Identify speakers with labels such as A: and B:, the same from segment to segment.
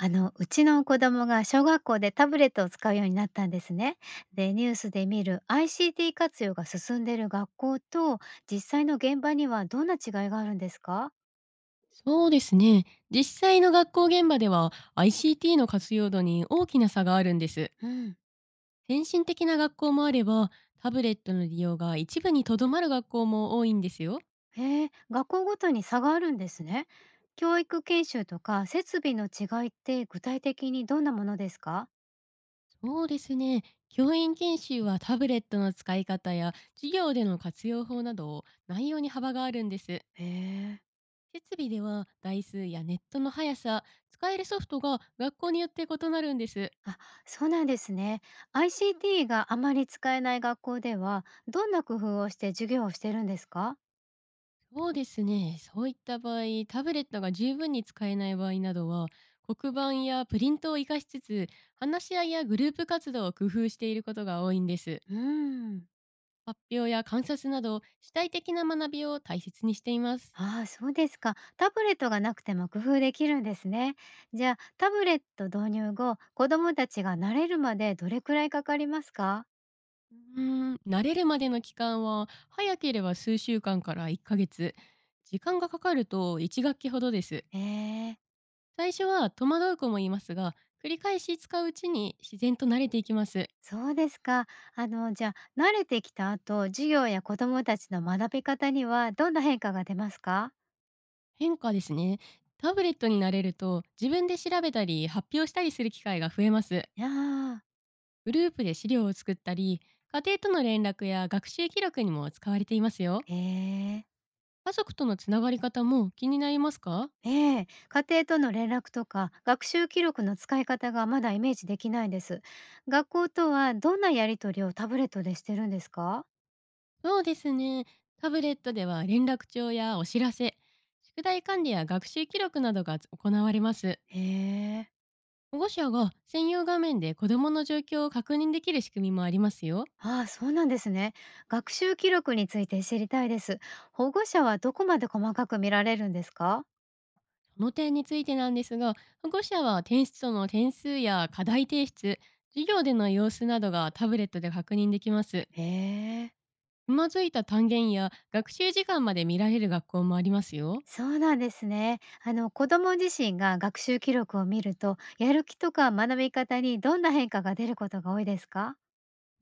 A: うちの子供が小学校でタブレットを使うようになったんですね。で、ニュースで見る ICT 活用が進んでいる学校と実際の現場にはどんな違いがあるんですか？
B: そうですね。実際の学校現場では ICT の活用度に大きな差があるんです。
A: うん、
B: 先進的な学校もあれば、タブレットの利用が一部にとどまる学校も多いんですよ。
A: へえ、学校ごとに差があるんですね。教育研修とか設備の違いって具体的にどんなものですか？
B: そうですね。教員研修はタブレットの使い方や授業での活用法など内容に幅があるんです。
A: へえ。
B: 設備では台数やネットの速さ、使えるソフトが学校によって異なるんです。
A: あ、そうなんですね。ICT があまり使えない学校ではどんな工夫をして授業をしてるんですか？
B: そうですね。そういった場合、タブレットが十分に使えない場合などは、黒板やプリントを活かしつつ、話し合いやグループ活動を工夫していることが多いんです。
A: うん。
B: 発表や観察など、主体的な学びを大切にしています。
A: ああ、そうですか。タブレットがなくても工夫できるんですね。じゃあ、タブレット導入後、子どもたちが慣れるまでどれくらいかかりますか？
B: うー慣れるまでの期間は、早ければ数週間から1ヶ月。時間がかかると1学期ほどです。
A: ええ、
B: 最初は戸惑う子もいますが、繰り返し使ううちに自然と慣れていきます。
A: そうですか。じゃあ、慣れてきた後、授業や子どもたちの学び方にはどんな変化が出ますか？
B: 変化ですね。タブレットになれると自分で調べたり発表したりする機会が増えます。
A: ああ、
B: グループで資料を作ったり、家庭との連絡や学習記録にも使われていますよ。
A: へえ。
B: 家族とのつながり方も気になりますか。
A: ええ、家庭との連絡とか学習記録の使い方がまだイメージできないです。学校とはどんなやり取りをタブレットでしてるんですか？
B: そうですね。タブレットでは連絡帳やお知らせ、宿題管理や学習記録などが行われます。
A: へえ。
B: 保護者が専用画面で子どもの状況を確認できる仕組みもありますよ。
A: ああ、そうなんですね。学習記録について知りたいです。保護者はどこまで細かく見られるんですか？
B: この点についてなんですが、保護者は転出との点数や課題提出、授業での様子などがタブレットで確認できます。
A: へえ、
B: つまずいた単元や学習時間まで見られる学校もありますよ。
A: そうなんですね。あの子供自身が学習記録を見ると、やる気とか学び方にどんな変化が出ることが多いですか？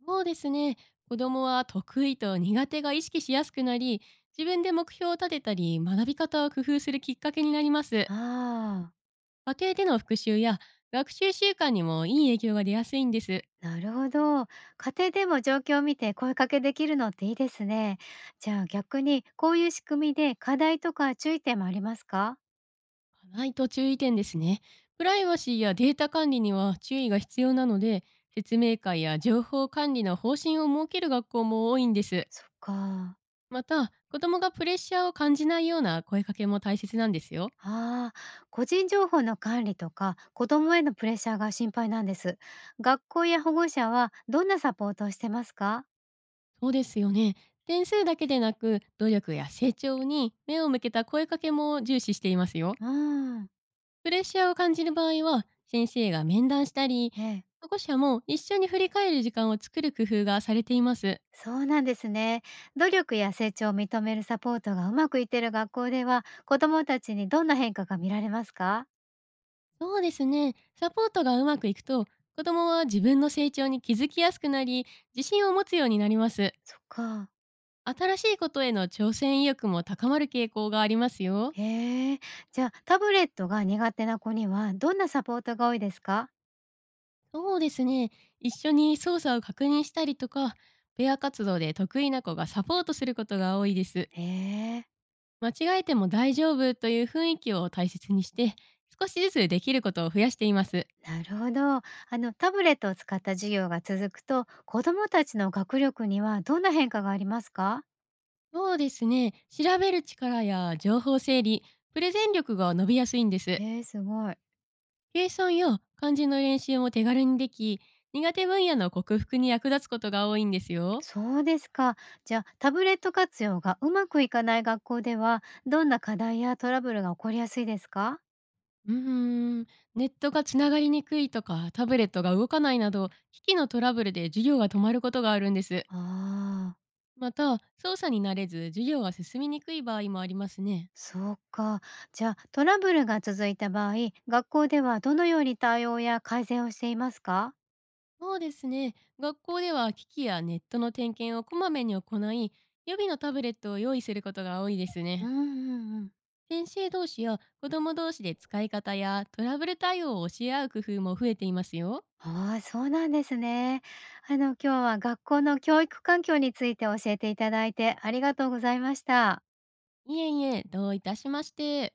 B: そうですね。子どもは得意と苦手が意識しやすくなり、自分で目標を立てたり、学び方を工夫するきっかけになります。家
A: ああ、
B: 庭での復習や学習習慣にもいい影響が出やすいんです。
A: なるほど。家庭でも状況を見て声かけできるのっていいですね。じゃあ逆にこういう仕組みで課題とか注意点もありますか？
B: ないと注意点ですね。プライバシーやデータ管理には注意が必要なので、説明会や情報管理の方針を設ける学校も多いんです。
A: そっか。
B: また、子供がプレッシャーを感じないような声かけも大切なんですよ。
A: ああ、個人情報の管理とか子供へのプレッシャーが心配なんです。学校や保護者はどんなサポートをしてますか？
B: そうですよね。点数だけでなく、努力や成長に目を向けた声かけも重視していますよ。
A: うん、
B: プレッシャーを感じる場合は、先生が面談したり、
A: ええ、
B: 保護者も一緒に振り返る時間を作る工夫がされています。
A: そうなんですね。努力や成長を認めるサポートがうまくいってる学校では子供たちにどんな変化が見られますか？
B: そうですね。サポートがうまくいくと、子供は自分の成長に気づきやすくなり、自信を持つようになります。
A: そっか。
B: 新しいことへの挑戦意欲も高まる傾向がありますよ。
A: へえ、じゃあタブレットが苦手な子にはどんなサポートが多いですか？
B: そうですね。一緒に操作を確認したりとか、ペア活動で得意な子がサポートすることが多いです。
A: へえ。
B: 間違えても大丈夫という雰囲気を大切にして、少しずつできることを増やしています。
A: なるほど。あのタブレットを使った授業が続くと、子どもたちの学力にはどんな変化がありますか？
B: そうですね。調べる力や情報整理、プレゼン力が伸びやすいんです。
A: えー、すごい。
B: 計算や漢字の練習も手軽にでき、苦手分野の克服に役立つことが多いんですよ。
A: そうですか。じゃあタブレット活用がうまくいかない学校では、どんな課題やトラブルが起こりやすいですか？
B: うーん、ネットがつながりにくいとか、タブレットが動かないなど、機器のトラブルで授業が止まることがあるんです。
A: ああー、
B: また、操作に慣れず授業が進みにくい場合もありますね。
A: そうか。じゃあトラブルが続いた場合、学校ではどのように対応や改善をしていますか？
B: そうですね。学校では機器やネットの点検をこまめに行い、予備のタブレットを用意することが多いです
A: うん
B: ね。
A: うんうん。
B: 先生同士や子供同士で使い方やトラブル対応を教え合う工夫も増えていますよ。
A: ああ、そうなんですね。今日は学校の教育環境について教えていただいてありがとうございました。
B: いえいえ、どういたしまして。